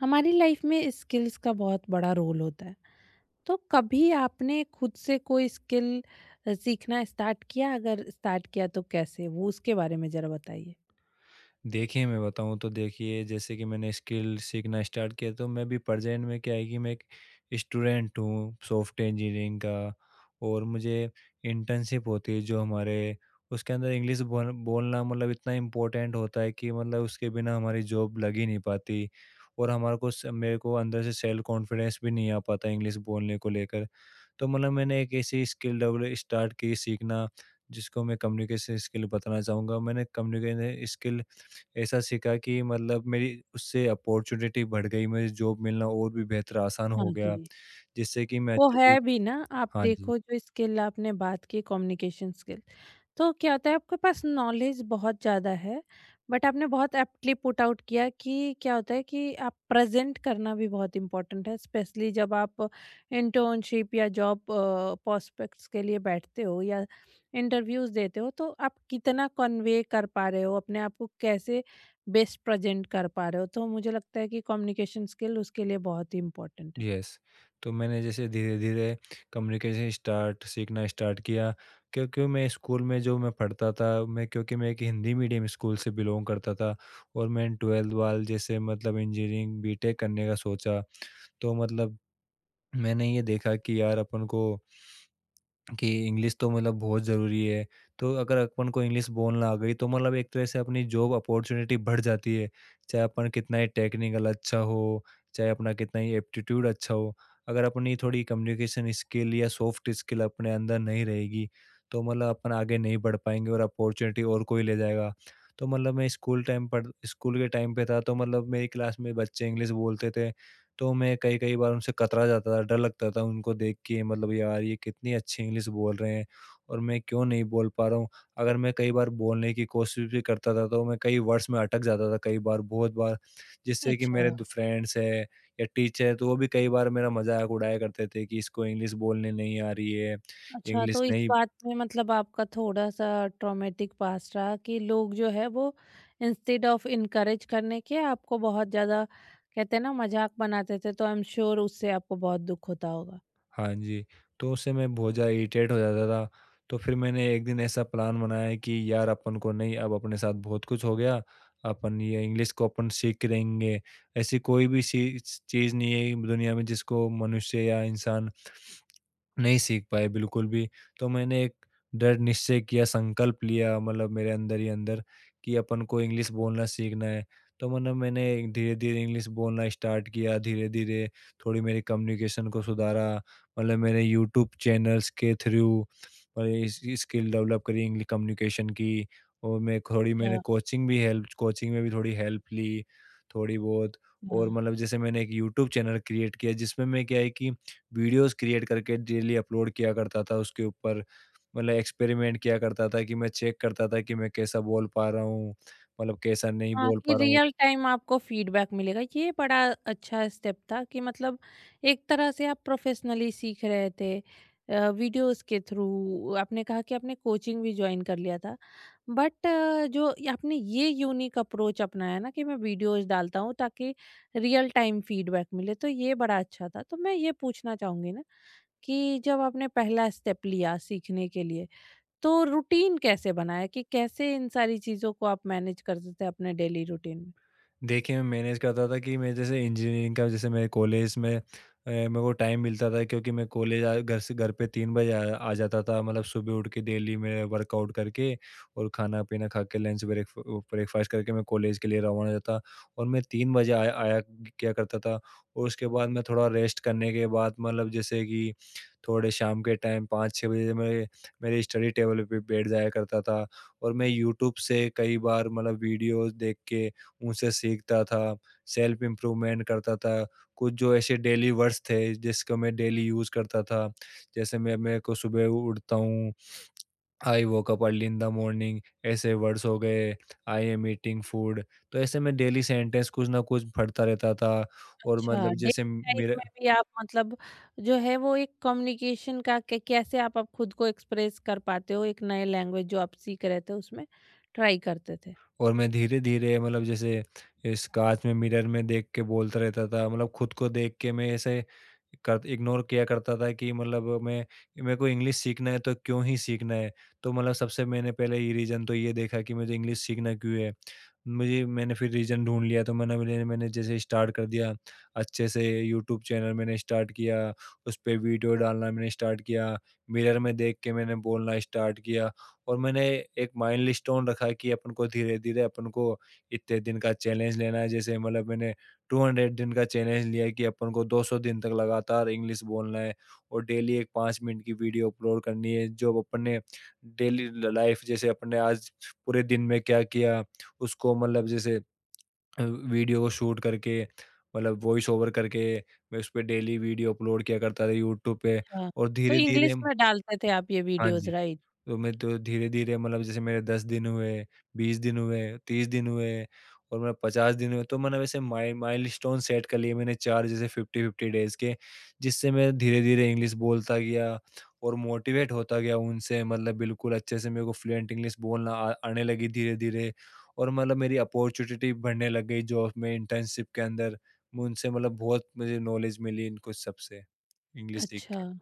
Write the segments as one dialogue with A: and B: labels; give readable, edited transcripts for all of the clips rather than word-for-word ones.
A: हमारी लाइफ में स्किल्स का बहुत बड़ा रोल होता है। तो कभी आपने खुद से कोई स्किल सीखना स्टार्ट किया? अगर स्टार्ट किया तो कैसे वो, उसके बारे में जरा बताइए।
B: देखिए, मैं बताऊँ तो देखिए जैसे कि मैंने स्किल सीखना स्टार्ट किया, तो मैं भी प्रेज़ेंट में क्या है कि मैं एक स्टूडेंट हूँ सॉफ्टवेयर इंजीनियरिंग का। और मुझे इंटर्नशिप होती है जो हमारे उसके अंदर इंग्लिश बोलना मतलब इतना इम्पोर्टेंट होता है कि मतलब उसके बिना हमारी जॉब लग ही नहीं पाती। और हमारे को स मेरे को अंदर से सेल्फ कॉन्फिडेंस भी नहीं आ पाता इंग्लिश बोलने को लेकर। तो मतलब मैंने एक ऐसी स्किल डेवलप स्टार्ट की सीखना, जिसको मैं कम्युनिकेशन स्किल बताना चाहूँगा। मैंने कम्युनिकेशन स्किल ऐसा सीखा कि मतलब मेरी उससे अपॉर्चुनिटी बढ़ गई, मुझे जॉब मिलना और भी बेहतर आसान
A: हाँ
B: हो गया,
A: जी।
B: जिससे कि मैं
A: वो
B: अच्छे से।
A: है भी ना। आप
B: हाँ जी,
A: देखो, जो स्किल आपने बात की, कम्युनिकेशन स्किल। तो क्या होता है, आपके पास नॉलेज बहुत ज़्यादा है, बट आपने बहुत एप्टली पुट आउट किया कि क्या होता है कि आप प्रेजेंट करना भी बहुत इम्पोर्टेंट है, स्पेशली जब आप इंटर्नशिप या जॉब प्रोस्पेक्ट्स के लिए बैठते हो या इंटरव्यूज देते हो, तो आप कितना कन्वे कर पा रहे हो अपने आप को, कैसे बेस्ट प्रेजेंट कर पा रहे हो, तो मुझे लगता है कि कम्युनिकेशन स्किल उसके लिए बहुत ही इम्पोर्टेंट है।
B: यस। तो मैंने जैसे धीरे-धीरे कम्युनिकेशन स्टार्ट सीखना स्टार्ट किया, क्योंकि मैं स्कूल में जो मैं पढ़ता था, मैं क्योंकि मैं एक हिंदी मीडियम स्कूल से बिलॉन्ग करता था। और मैंने 12th वाल जैसे मतलब इंजीनियरिंग बीटेक करने का सोचा, तो मतलब मैंने ये देखा कि यार अपन को कि इंग्लिश तो मतलब बहुत ज़रूरी है। तो अगर अपन को इंग्लिश बोलना आ गई, तो मतलब एक तरह से अपनी जॉब अपॉर्च्युनिटी बढ़ जाती है। चाहे अपन कितना ही टेक्निकल अच्छा हो, चाहे अपना कितना ही एप्टीट्यूड अच्छा हो, अगर अपनी थोड़ी कम्युनिकेशन स्किल या सॉफ्ट स्किल अपने अंदर नहीं रहेगी, तो मतलब अपन आगे नहीं बढ़ पाएँगे और अपॉर्च्युनिटी और कोई ले जाएगा। तो मतलब मैं स्कूल के टाइम पे था, तो मतलब मेरी क्लास में बच्चे इंग्लिश बोलते थे। तो मैं कई-कई बार उनसे कतरा जाता था, डर लगता था उनको देख के, मतलब यार ये कितनी अच्छी इंग्लिश बोल रहे हैं और मैं क्यों नहीं बोल पा रहा हूँ। अगर मैं कई बार बोलने की कोशिश भी करता था, तो मैं कई वर्ड्स में अटक जाता था कई बार, बहुत बार, जिससे कि मेरे
A: अच्छा।
B: दो फ्रेंड्स हैं या टीचर हैं, तो वो भी कई बार मेरा मज़ाक उड़ाया करते थे कि इसको इंग्लिश बोलने नहीं आ रही है,
A: अच्छा,
B: इंग्लिश
A: तो इस
B: नहीं
A: बात में मतलब आपका थोड़ा-सा ट्रॉमेटिक पास्ट रहा कि लोग जो है वो, इंस्टेड ऑफ इनकरेज करने के, आपको बहुत ज़्यादा कहते हैं ना मज़ाक बनाते थे, तो आई एम श्योर उससे आपको बहुत दुःख होता होगा।
B: हाँ जी, तो उससे मैं बहुत ज़्यादा इरिटेट हो जाता था। तो फिर मैंने एक दिन ऐसा प्लान बनाया कि यार अपन को नहीं, अब अपने साथ बहुत कुछ हो गया, अपन ये इंग्लिश को अपन सीख के रहेंगे। ऐसी कोई भी सी चीज़ नहीं है दुनिया में जिसको मनुष्य या इंसान नहीं सीख पाए, बिल्कुल भी। तो मैंने एक दृढ़ निश्चय किया, संकल्प लिया, मतलब मेरे अंदर ही अंदर कि अपन को इंग्लिश बोलना सीखना है। तो मतलब मैंने धीरे-धीरे इंग्लिश बोलना स्टार्ट किया, धीरे-धीरे थोड़ी मेरी कम्युनिकेशन को सुधारा। मतलब मैंने यूट्यूब चैनल्स के थ्रू और इस स्किल डेवलप करी इंग्लि कम्युनिकेशन की। और मैं थोड़ी मैंने
A: अच्छा।
B: कोचिंग भी हेल्प कोचिंग में भी थोड़ी हेल्प ली, थोड़ी बहुत।
A: हाँ।
B: और मतलब जैसे मैंने एक यूट्यूब चैनल क्रिएट किया जिसमें मैं क्या है कि वीडियोज़ क्रिएट करके डेली अपलोड किया करता था उसके ऊपर। मतलब एक्सपेरिमेंट किया करता था कि मैं चेक करता था कि मैं कैसा बोल पा रहा हूँ, मतलब कैसा नहीं
A: हाँ,
B: बोल
A: कि
B: पा रहा हूँ।
A: रियल टाइम आपको फीडबैक मिलेगा। ये बड़ा अच्छा स्टेप था कि मतलब एक तरह से आप प्रोफेशनली सीख रहे थे वीडियोस के थ्रू। आपने कहा कि आपने कोचिंग भी जॉइन कर लिया था। बट जो ये आपने ये यूनिक अप्रोच अपनाया ना कि मैं वीडियोस डालता हूँ ताकि रियल टाइम फीडबैक मिले, तो ये बड़ा अच्छा था। तो मैं ये पूछना चाहूँगी ना कि जब आपने पहला स्टेप लिया सीखने के लिए, तो रूटीन कैसे बनाया कि कैसे इन सारी चीज़ों को आप मैनेज करते थे अपने डेली रूटीन में?
B: देखिए, मैं मैनेज करता था कि मैं जैसे इंजीनियरिंग का जैसे मेरे कॉलेज में मेरे को टाइम मिलता था, क्योंकि मैं कॉलेज आ घर पे 3 बजे आ आ जाता था। मतलब सुबह उठ के डेली मैं वर्कआउट करके और खाना-पीना खा के लंच ब्रेक ब्रेकफ़ास्ट करके मैं कॉलेज के लिए रवाना हो जाता। और मैं 3 बजे आया आया किया करता था। और उसके बाद मैं थोड़ा रेस्ट करने के बाद, मतलब जैसे कि थोड़े शाम के टाइम 5-6 बजे मैं मेरे स्टडी टेबल पे बैठ जाया करता था। और मैं यूट्यूब से कई बार मतलब वीडियोज़ देख के उनसे सीखता था, सेल्फ इम्प्रूवमेंट करता था। कुछ जो ऐसे डेली वर्ड्स थे जिसको मैं डेली यूज़ करता था। जैसे मैं मेरे को सुबह उठता हूँ, I woke up early in the morning, ऐसे वर्ड्स हो गए, आई एम ईटिंग फूड। तो ऐसे मैं डेली सेंटेंस कुछ ना कुछ पढ़ता रहता था, और
A: अच्छा,
B: मतलब
A: डे
B: जैसे
A: लाइफ
B: मेरे
A: में भी आप मतलब जो है वो एक कम्युनिकेशन का कै कैसे आप खुद को एक्सप्रेस कर पाते हो एक नए लैंग्वेज जो आप सीख रहे थे, उसमें ट्राई करते थे।
B: और मैं धीरे-धीरे मतलब जैसे इस काँच में मिरर में देख के बोलता रहता था, मतलब खुद को देख के मैं ऐसे कर इग्नोर किया करता था कि मतलब मैं मेरे को इंग्लिश सीखना है, तो क्यों ही सीखना है? तो मतलब सबसे मैंने पहले ये रीज़न तो ये देखा कि मुझे इंग्लिश सीखना क्यों है? मुझे मैंने फिर रीज़न ढूँढ लिया, तो मैंने मैंने मैंने जैसे स्टार्ट कर दिया अच्छे से। यूट्यूब चैनल मैंने स्टार्ट किया, उस पे वीडियो डालना मैंने स्टार्ट किया, मिरर में देख के मैंने बोलना स्टार्ट किया। और मैंने एक माइलस्टोन रखा कि अपन को धीरे-धीरे अपन को इतने दिन का चैलेंज लेना है। जैसे मतलब मैंने 200 दिन का चैलेंज लिया कि अपन को 200 दिन तक लगातार इंग्लिश बोलना है और डेली एक 5 मिनट की वीडियो अपलोड करनी है, जो अपन ने डेली ल लाइफ जैसे अपन ने आज पूरे दिन में क्या किया, उसको मतलब जैसे वीडियो को शूट करके, मतलब वॉइस ओवर करके, मैं उसपे डेली वीडियो अपलोड किया करता था यूट्यूब पे।
A: अच्छा।
B: और
A: तो
B: धीरे-धीरे।
A: इंग्लिश में डालते थे आप ये
B: हाँ
A: वीडियोज़,
B: जी।
A: राइट?
B: तो मैं तो धीरे-धीरे मतलब जैसे मेरे 10 दिन हुए, 20 दिन हुए, 30 दिन हुए और मतलब 50 दिन हुए, तो मैंने वैसे माइलस्टोन सेट कर लिए मैंने 4 जैसे 50-50 डेज़ के, जिससे मैं धीरे-धीरे इंग्लिश बोलता गया और मोटिवेट होता गया उनसे, मतलब बिल्कुल अच्छे से मेरे को फ्लुएंट इंग्लिश बोलना आ आने लगी धीरे-धीरे। और मतलब मेरी अपॉर्च्युनिटी बढ़ने लग गई जॉब में, इंटर्नशिप के अंदर। मैं उनसे मतलब बहुत मुझे नॉलेज मिली, इन कुछ सबसे, इंग्लिश सीख के।
A: अच्छा।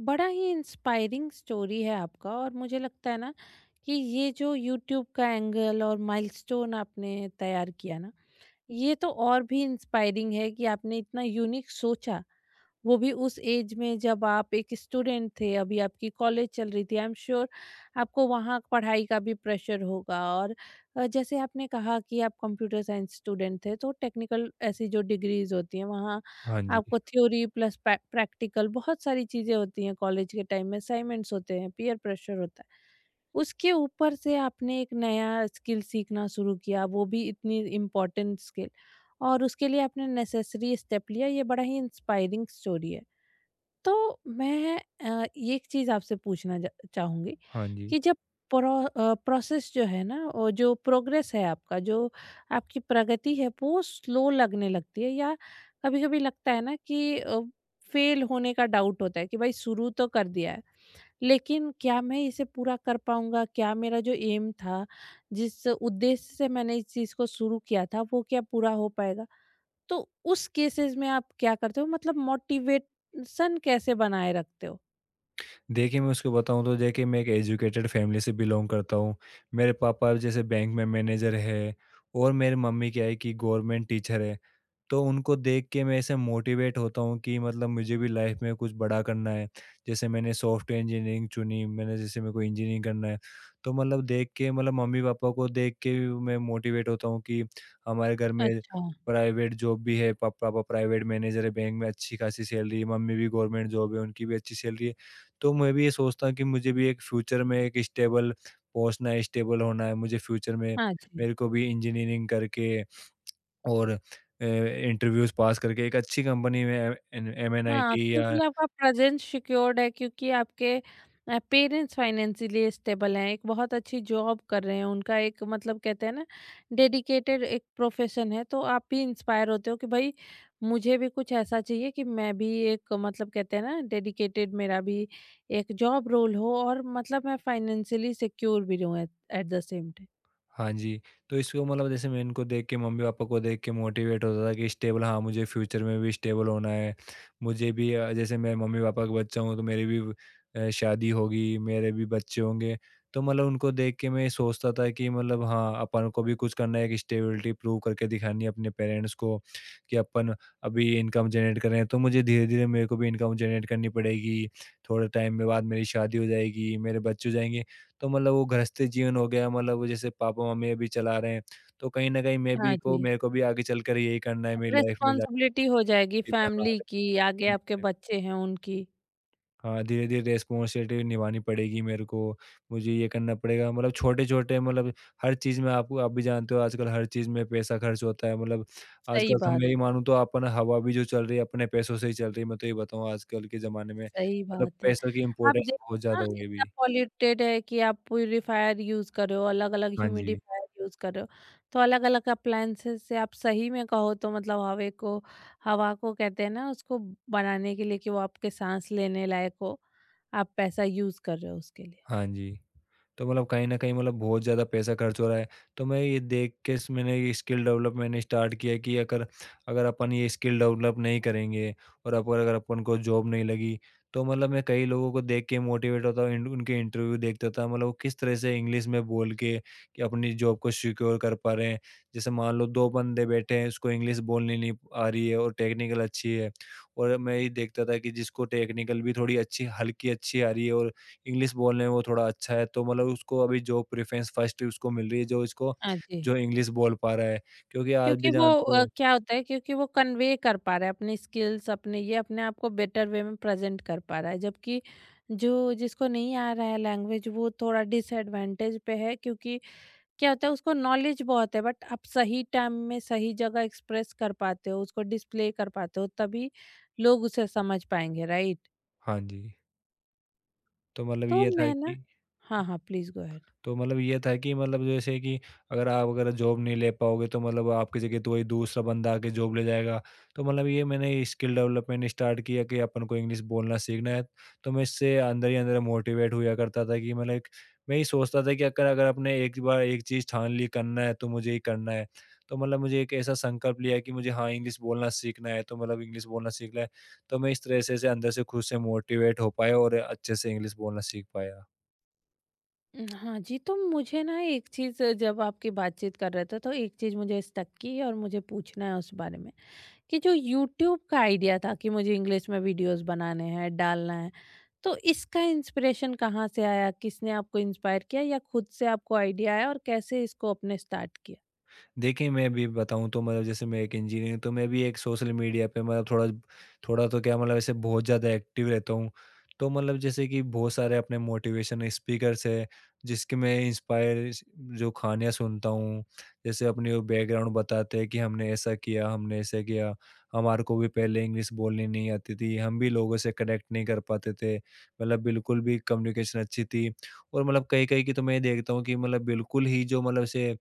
A: बड़ा ही इंस्पायरिंग स्टोरी है आपका और मुझे लगता है ना कि ये जो यूट्यूब का एंगल और माइलस्टोन आपने तैयार किया ना, ये तो और भी इंस्पायरिंग है कि आपने इतना यूनिक सोचा, वो भी उस एज में जब आप एक स्टूडेंट थे, अभी आपकी कॉलेज चल रही थी। आई एम श्योर आपको वहाँ पढ़ाई का भी प्रेशर होगा और जैसे आपने कहा कि आप कंप्यूटर साइंस स्टूडेंट थे, तो टेक्निकल ऐसी जो डिग्रीज़ होती हैं, वहाँ
B: हाँ जी,
A: आपको थ्योरी प्लस पै प्रैक्टिकल बहुत सारी चीज़ें होती हैं कॉलेज के टाइम में, असाइनमेंट्स होते हैं, पीयर प्रेशर होता है। उसके ऊपर से आपने एक नया स्किल सीखना शुरू किया, वो भी इतनी इम्पोर्टेंट स्किल, और उसके लिए आपने नेसेसरी स्टेप लिया, ये बड़ा ही इंस्पायरिंग स्टोरी है। तो मैं ये एक चीज़ आपसे पूछना चाहूंगी
B: हाँ जी।
A: कि जब प्रोसेस जो है ना और जो प्रोग्रेस है आपका, जो आपकी प्रगति है, वो स्लो लगने लगती है या कभी कभी लगता है ना कि फेल होने का डाउट होता है कि भाई शुरू तो कर दिया है लेकिन क्या मैं इसे पूरा कर पाऊँगा? क्या मेरा जो एम था, जिस उद्देश्य से मैंने इस चीज़ को शुरू किया था, वो क्या पूरा हो पाएगा? तो उस केसेज़ में आप क्या करते हो? मतलब मोटिवेशन कैसे बनाए रखते हो?
B: देखिए, मैं उसको बताऊँ तो देखिए मैं एक एजुकेटेड फैमिली से बिलॉन्ग करता हूँ। मेरे पापा जैसे बैंक में मैनेजर है और मेरी मम्मी क्या है कि गवर्नमेंट टीचर है। तो उनको देख के मैं ऐसे मोटिवेट होता हूँ कि मतलब मुझे भी लाइफ में कुछ बड़ा करना है। जैसे मैंने सॉफ्टवेयर इंजीनियरिंग चुनी, मैंने जैसे मेरे को इंजीनियरिंग करना है। तो मतलब देख के, मतलब मम्मी-पापा को देख के भी मैं मोटिवेट होता हूँ कि हमारे घर में
A: अच्छा।
B: प्राइवेट जॉब भी है, पा पापा प्राइवेट मैनेजर है बैंक में, अच्छी खासी सैलरी है, मम्मी भी गवर्नमेंट जॉब है, उनकी भी अच्छी सैलरी है। तो मैं भी ये सोचता हूँ कि मुझे भी एक फ्यूचर में एक स्टेबल पहुँचना है, स्टेबल होना है मुझे फ्यूचर में।
A: हाँ जी।
B: मेरे को भी इंजीनियरिंग करके और इंटरव्यूज़ पास करके एक अच्छी कंपनी में एम एन
A: हाँ,
B: एमएनआईटी या।
A: क्योंकि आपका प्रेज़ेंस सिक्योर्ड है क्योंकि आपके पेरेंट्स फाइनेंशियली स्टेबल हैं, एक बहुत अच्छी जॉब कर रहे हैं, उनका एक मतलब कहते हैं ना डेडिकेटेड एक प्रोफ़ेशन है, तो आप भी इंस्पायर होते हो कि भाई मुझे भी कुछ ऐसा चाहिए कि मैं भी एक मतलब कहते हैं ना डेडिकेटेड मेरा भी एक जॉब रोल हो और मतलब मैं फाइनेंशियली सिक्योर भी रहूँ at at the same time.
B: हाँ जी, तो इसको मतलब जैसे मैं इनको देख के मम्मी-पापा को देख के मोटिवेट होता था कि स्टेबल, हाँ, मुझे फ्यूचर में भी स्टेबल होना है। मुझे भी जैसे मैं मम्मी-पापा का बच्चा हूँ, तो मेरी भी शादी होगी, मेरे भी बच्चे होंगे। तो मतलब उनको देख के मैं सोचता था कि मतलब हाँ, अपन को भी कुछ करना है, एक स्टेबिलिटी प्रूव करके दिखानी है अपने पेरेंट्स को कि अपन अभी इनकम जनरेट कर रहे हैं, तो मुझे धीरे-धीरे मेरे को भी इनकम जनरेट करनी पड़ेगी। थोड़े टाइम में बाद मेरी शादी हो जाएगी, मेरे बच्चे हो जाएँगे। तो मतलब वो गृहस्थ जीवन हो गया, मतलब वो जैसे पापा-मम्मी अभी चला रहे हैं, तो कहीं न कहीं मैं भी
A: हाँ
B: को
A: जी,
B: मेरे को भी आगे चलकर यही करना है
A: एक
B: मेरी लाइफ़ में जाके।
A: रिस्पॉन्सिबिलिटी हो जाएगी फैमिली की, आगे आपके बच्चे हैं उनकी।
B: हाँ, हाँ, धीरे-धीरे रिस्पॉन्सिबिलिटी निभानी पड़ेगी मेरे को, मुझे ये करना पड़ेगा, मतलब छोटे-छोटे, मतलब हर चीज़ में आपको, आप भी जानते हो आजकल हर चीज़ में पैसा खर्च होता है, मतलब
A: सही
B: आजकल तो
A: बात
B: मैं ही
A: है।
B: मानूँ तो अपन हवा भी जो चल रही है अपने पैसों से ही चल रही है। मैं तो ये बताऊँ आजकल के ज़माने में
A: सही
B: मतलब
A: बात है।
B: पैसों की
A: आप
B: इम्पोर्टेंस
A: देखिए
B: बहुत ज़्यादा
A: ना,
B: हो गई
A: इतना
B: अभी।
A: पॉल्यूटेड है कि आप प्यूरीफायर यूज़ कर रहे हो, अलग-अलग
B: हाँ जी,
A: ह्यूमिडिफायर यूज़ कर रहे हो, तो अलग-अलग अप्लायंसेस से आप सही में कहो तो मतलब हवे को हवा को कहते हैं ना उसको बनाने के लिए कि वो आपके साँस लेने लायक हो, आप पैसा यूज़ कर रहे हो उसके लिए।
B: हाँ जी। तो मतलब कहीं न कहीं मतलब बहुत ज़्यादा पैसा खर्च हो रहा है। तो मैं ये देख के स मैंने ये स्किल डेवलप मैंने स्टार्ट किया कि अगर अगर अपन ये स्किल डेवलप नहीं करेंगे और अगर अगर अपन को जॉब नहीं लगी, तो मतलब मैं कई लोगों को देख के मोटिवेट होता हूँ, इंड उनके इंटरव्यू देखता था, मतलब वो किस तरह से इंग्लिश में बोल के कि अपनी जॉब को सिक्योर कर पा रहे हैं। जैसे मान लो 2 बंदे बैठे हैं, उसको इंग्लिश बोलनी नहीं आ रही है और टेक्निकल अच्छी है, और मैं ये देखता था कि जिसको टेक्निकल भी थोड़ी अच्छी हल्की अच्छी आ रही है और इंग्लिश बोलने में वो थोड़ा अच्छा है, तो मतलब उसको अभी जॉब प्रेफ़रेंस फर्स्ट उसको मिल रही है,
A: हाँ जी।
B: जो इंग्लिश बोल पा रहा है। क्योंकि आज भी
A: क्योंकि वो
B: जानते हो।
A: क्या होता है, क्योंकि वो कन्वे कर पा रहा है अपनी स्किल्स, अपने ये अपने आप को बेटर वे में प्रेजेंट कर पा रहा है, जबकि जो जिसको नहीं आ रहा है लैंग्वेज, वो थोड़ा डिसएडवांटेज पे है क्योंकि क्या होता है उसको नॉलेज बहुत है बट आप सही टाइम में सही जगह एक्सप्रेस कर पाते हो, उसको डिस्प्ले कर पाते हो, तभी लोग उसे समझ पाएंगे, राइट।
B: हाँ जी, तो मतलब
A: तो
B: ये था
A: मैं ना।
B: कि
A: हाँ हाँ, प्लीज गो अहेड।
B: तो मतलब ये था कि मतलब जैसे कि अगर जॉब नहीं ले पाओगे, तो मतलब आपकी जगह तो वही दूसरा बंदा आके जॉब ले जाएगा। तो मतलब ये मैंने स्किल डेवलपमेंट स्टार्ट किया कि अपन को इंग्लिश बोलना सीखना है। तो मैं इससे अंदर ही अंदर मोटिवेट हुआ करता था कि मतलब एक मैं ये सोचता था कि अगर अगर आपने एक बार एक चीज़ ठान ली करना है तो मुझे ही करना है। तो मुझे एक ऐसा संकल्प लिया कि मुझे हाँ, इंग्लिश बोलना सीखना है, तो इंग्लिश बोलना सीखना है। तो मैं इस तरह से अंदर से खुद से मोटिवेट हो पाया और अच्छे से इंग्लिश बोलना सीख पाया।
A: हाँ जी, तो मुझे ना एक चीज़, जब आपकी बातचीत कर रहे थे तो एक चीज़ मुझे स्टक की और मुझे पूछना है उस बारे में कि जो यूट्यूब का आइडिया था कि मुझे इंग्लिश में वीडियोस बनाने हैं, डालना है, तो इसका इंस्पिरेशन कहाँ से आया, किसने आपको इंस्पायर किया या खुद से आपको आइडिया आया और कैसे इसको आपने स्टार्ट किया?
B: देखिए, मैं भी बताऊँ तो जैसे मैं एक इंजीनियर हूँ, तो मैं भी एक सोशल मीडिया पे थोड़ा थोड़ा तो क्या, ऐसे बहुत ज़्यादा एक्टिव रहता हूँ। तो जैसे कि बहुत सारे अपने मोटिवेशन स्पीकर्स हैं, जिसके मैं इंस्पायर जो कहानियाँ सुनता हूँ, जैसे अपनी वो बैकग्राउंड बताते हैं कि हमने ऐसा किया, हमारे को भी पहले इंग्लिश बोलनी नहीं आती थी, हम भी लोगों से कनेक्ट नहीं कर पाते थे, बिल्कुल भी कम्युनिकेशन अच्छी थी। और कहीं-कहीं की तो मैं देखता हूँ कि बिल्कुल ही जो ऐसे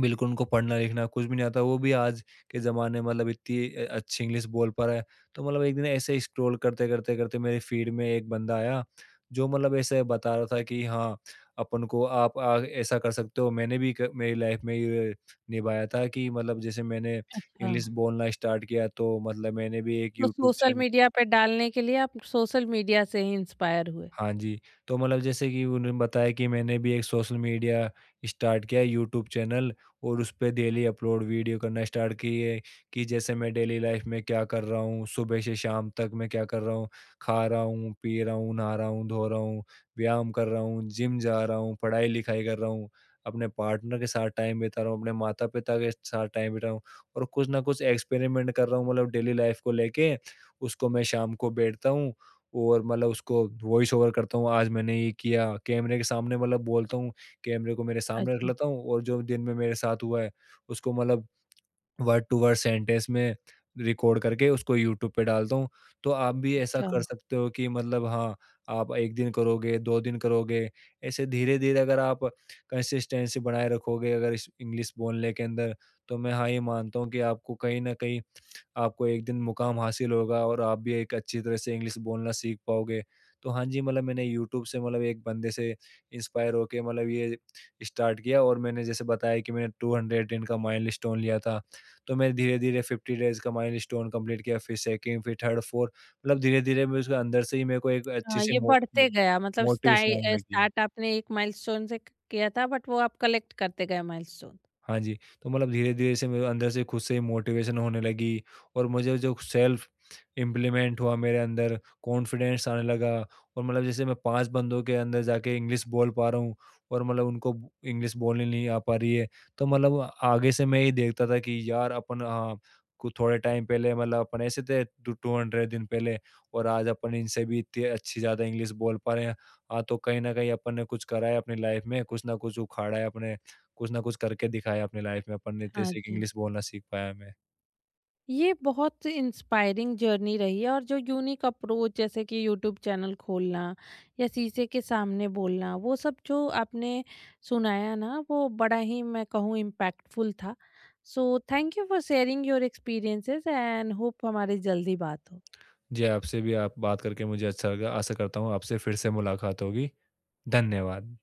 B: बिल्कुल, उनको पढ़ना लिखना कुछ भी नहीं आता, वो भी आज के ज़माने में इतनी अच्छी इंग्लिश बोल पा रहा है। तो एक दिन ऐसे ही स्क्रॉल करते मेरे फीड में एक बंदा आया, जो ऐसे बता रहा था कि हाँ, अपन को आप आ ऐसा कर सकते हो। मैंने भी क मेरी लाइफ में ये निभाया था कि जैसे मैंने
A: अच्छा।
B: इंग्लिश बोलना स्टार्ट किया, तो मैंने भी एक
A: तो
B: यूट्यूब
A: सोशल
B: चैनल
A: मीडिया पे डालने के लिए आप सोशल मीडिया से ही इंस्पायर हुए।
B: हाँ जी, तो जैसे कि उन्होंने बताया कि मैंने भी एक सोशल मीडिया स्टार्ट किया है यूट्यूब चैनल और उस पे डेली अपलोड वीडियो करना स्टार्ट की है कि जैसे मैं डेली लाइफ में क्या कर रहा हूँ, सुबह से शाम तक मैं क्या कर रहा हूँ, खा रहा हूँ, पी रहा हूँ, नहा रहा हूँ, धो रहा हूँ, व्यायाम कर रहा हूँ, जिम जा रहा हूँ, पढ़ाई-लिखाई कर रहा हूँ, अपने पार्टनर के साथ टाइम बिता रहा हूँ, अपने माता-पिता के साथ टाइम बिता रहा हूँ और कुछ ना कुछ एक्सपेरिमेंट कर रहा हूँ, डेली लाइफ को लेके, उसको मैं शाम को बैठता हूँ और उसको वॉइस ओवर करता हूँ, आज मैंने ये किया, कैमरे के सामने बोलता हूँ, कैमरे को मेरे सामने रख
A: अच्छा।
B: लेता हूँ और जो दिन में मेरे साथ हुआ है, उसको वर्ड टू वर्ड सेंटेंस में रिकॉर्ड करके उसको यूट्यूब पे डालता हूँ। तो आप भी ऐसा
A: अच्छा।
B: कर सकते हो कि हाँ, आप 1 दिन करोगे, 2 दिन करोगे, ऐसे धीरे-धीरे अगर आप कंसिस्टेंसी बनाए रखोगे अगर इस इंग्लिश बोलने के अंदर, तो मैं हाँ, ये मानता हूँ कि आपको कहीं न कहीं आपको एक दिन मुकाम हासिल होगा और आप भी एक अच्छी तरह से इंग्लिश बोलना सीख पाओगे। तो हाँ जी, मैंने यूट्यूब से एक बंदे से इंस्पायर होके ये स्टार्ट किया और मैंने जैसे बताया कि मैंने 200 दिन का माइलस्टोन लिया था। तो मैं धीरे-धीरे 50 डेज़ का माइलस्टोन कंप्लीट किया, फिर 2nd, फिर 3rd, 4th, धीरे-धीरे मैं उसके अंदर से ही मेरे को एक
A: हाँ,
B: अच्छी-सी
A: ये
B: मो
A: बढ़ते
B: मो
A: गया मतलब
B: मोटिवेशन
A: स्टाई
B: आने लगी।
A: स्टार्ट आपने एक माइलस्टोन से किया था बट वो आप कलेक्ट करते गए माइलस्टोन।
B: हाँ जी, तो धीरे-धीरे से मेरे अंदर से खुद से ही मोटिवेशन होने लगी और मुझे जो सेल्फ इम्प्लीमेंट हुआ मेरे अंदर, कॉन्फिडेंस आने लगा और जैसे मैं 5 बंदों के अंदर जाके इंग्लिश बोल पा रहा हूँ और उनको इंग्लिश बोलने नहीं आ पा रही है। तो आगे से मैं ये देखता था कि यार अपन हाँ, कु थोड़े टाइम पहले अपन ऐसे थे, टू 200 दिन पहले, और आज अपन इनसे भी इतनी अच्छी ज़्यादा इंग्लिश बोल पा रहे हैं। हाँ, तो कहीं न कहीं अपन ने कुछ करा है अपनी लाइफ़ में, कुछ ना कुछ उखाड़ा है अपने, कुछ ना कुछ करके दिखाया अपनी लाइफ में अपन ने,
A: हाँ
B: जैसे कि
A: जी।
B: इंग्लिश बोलना सीख पाया मैं।
A: ये बहुत इंस्पायरिंग जर्नी रही है और जो यूनिक अप्रोच जैसे कि यूट्यूब चैनल खोलना या शीशे के सामने बोलना, वो सब जो आपने सुनाया ना, वो बड़ा ही मैं कहूँ इम्पैक्टफुल था। So thank you for sharing your experiences and hope हमारी जल्दी बात हो।
B: जी, आपसे भी आप बात करके मुझे अच्छा लगा। आशा करता हूँ आपसे फिर से मुलाकात होगी। धन्यवाद।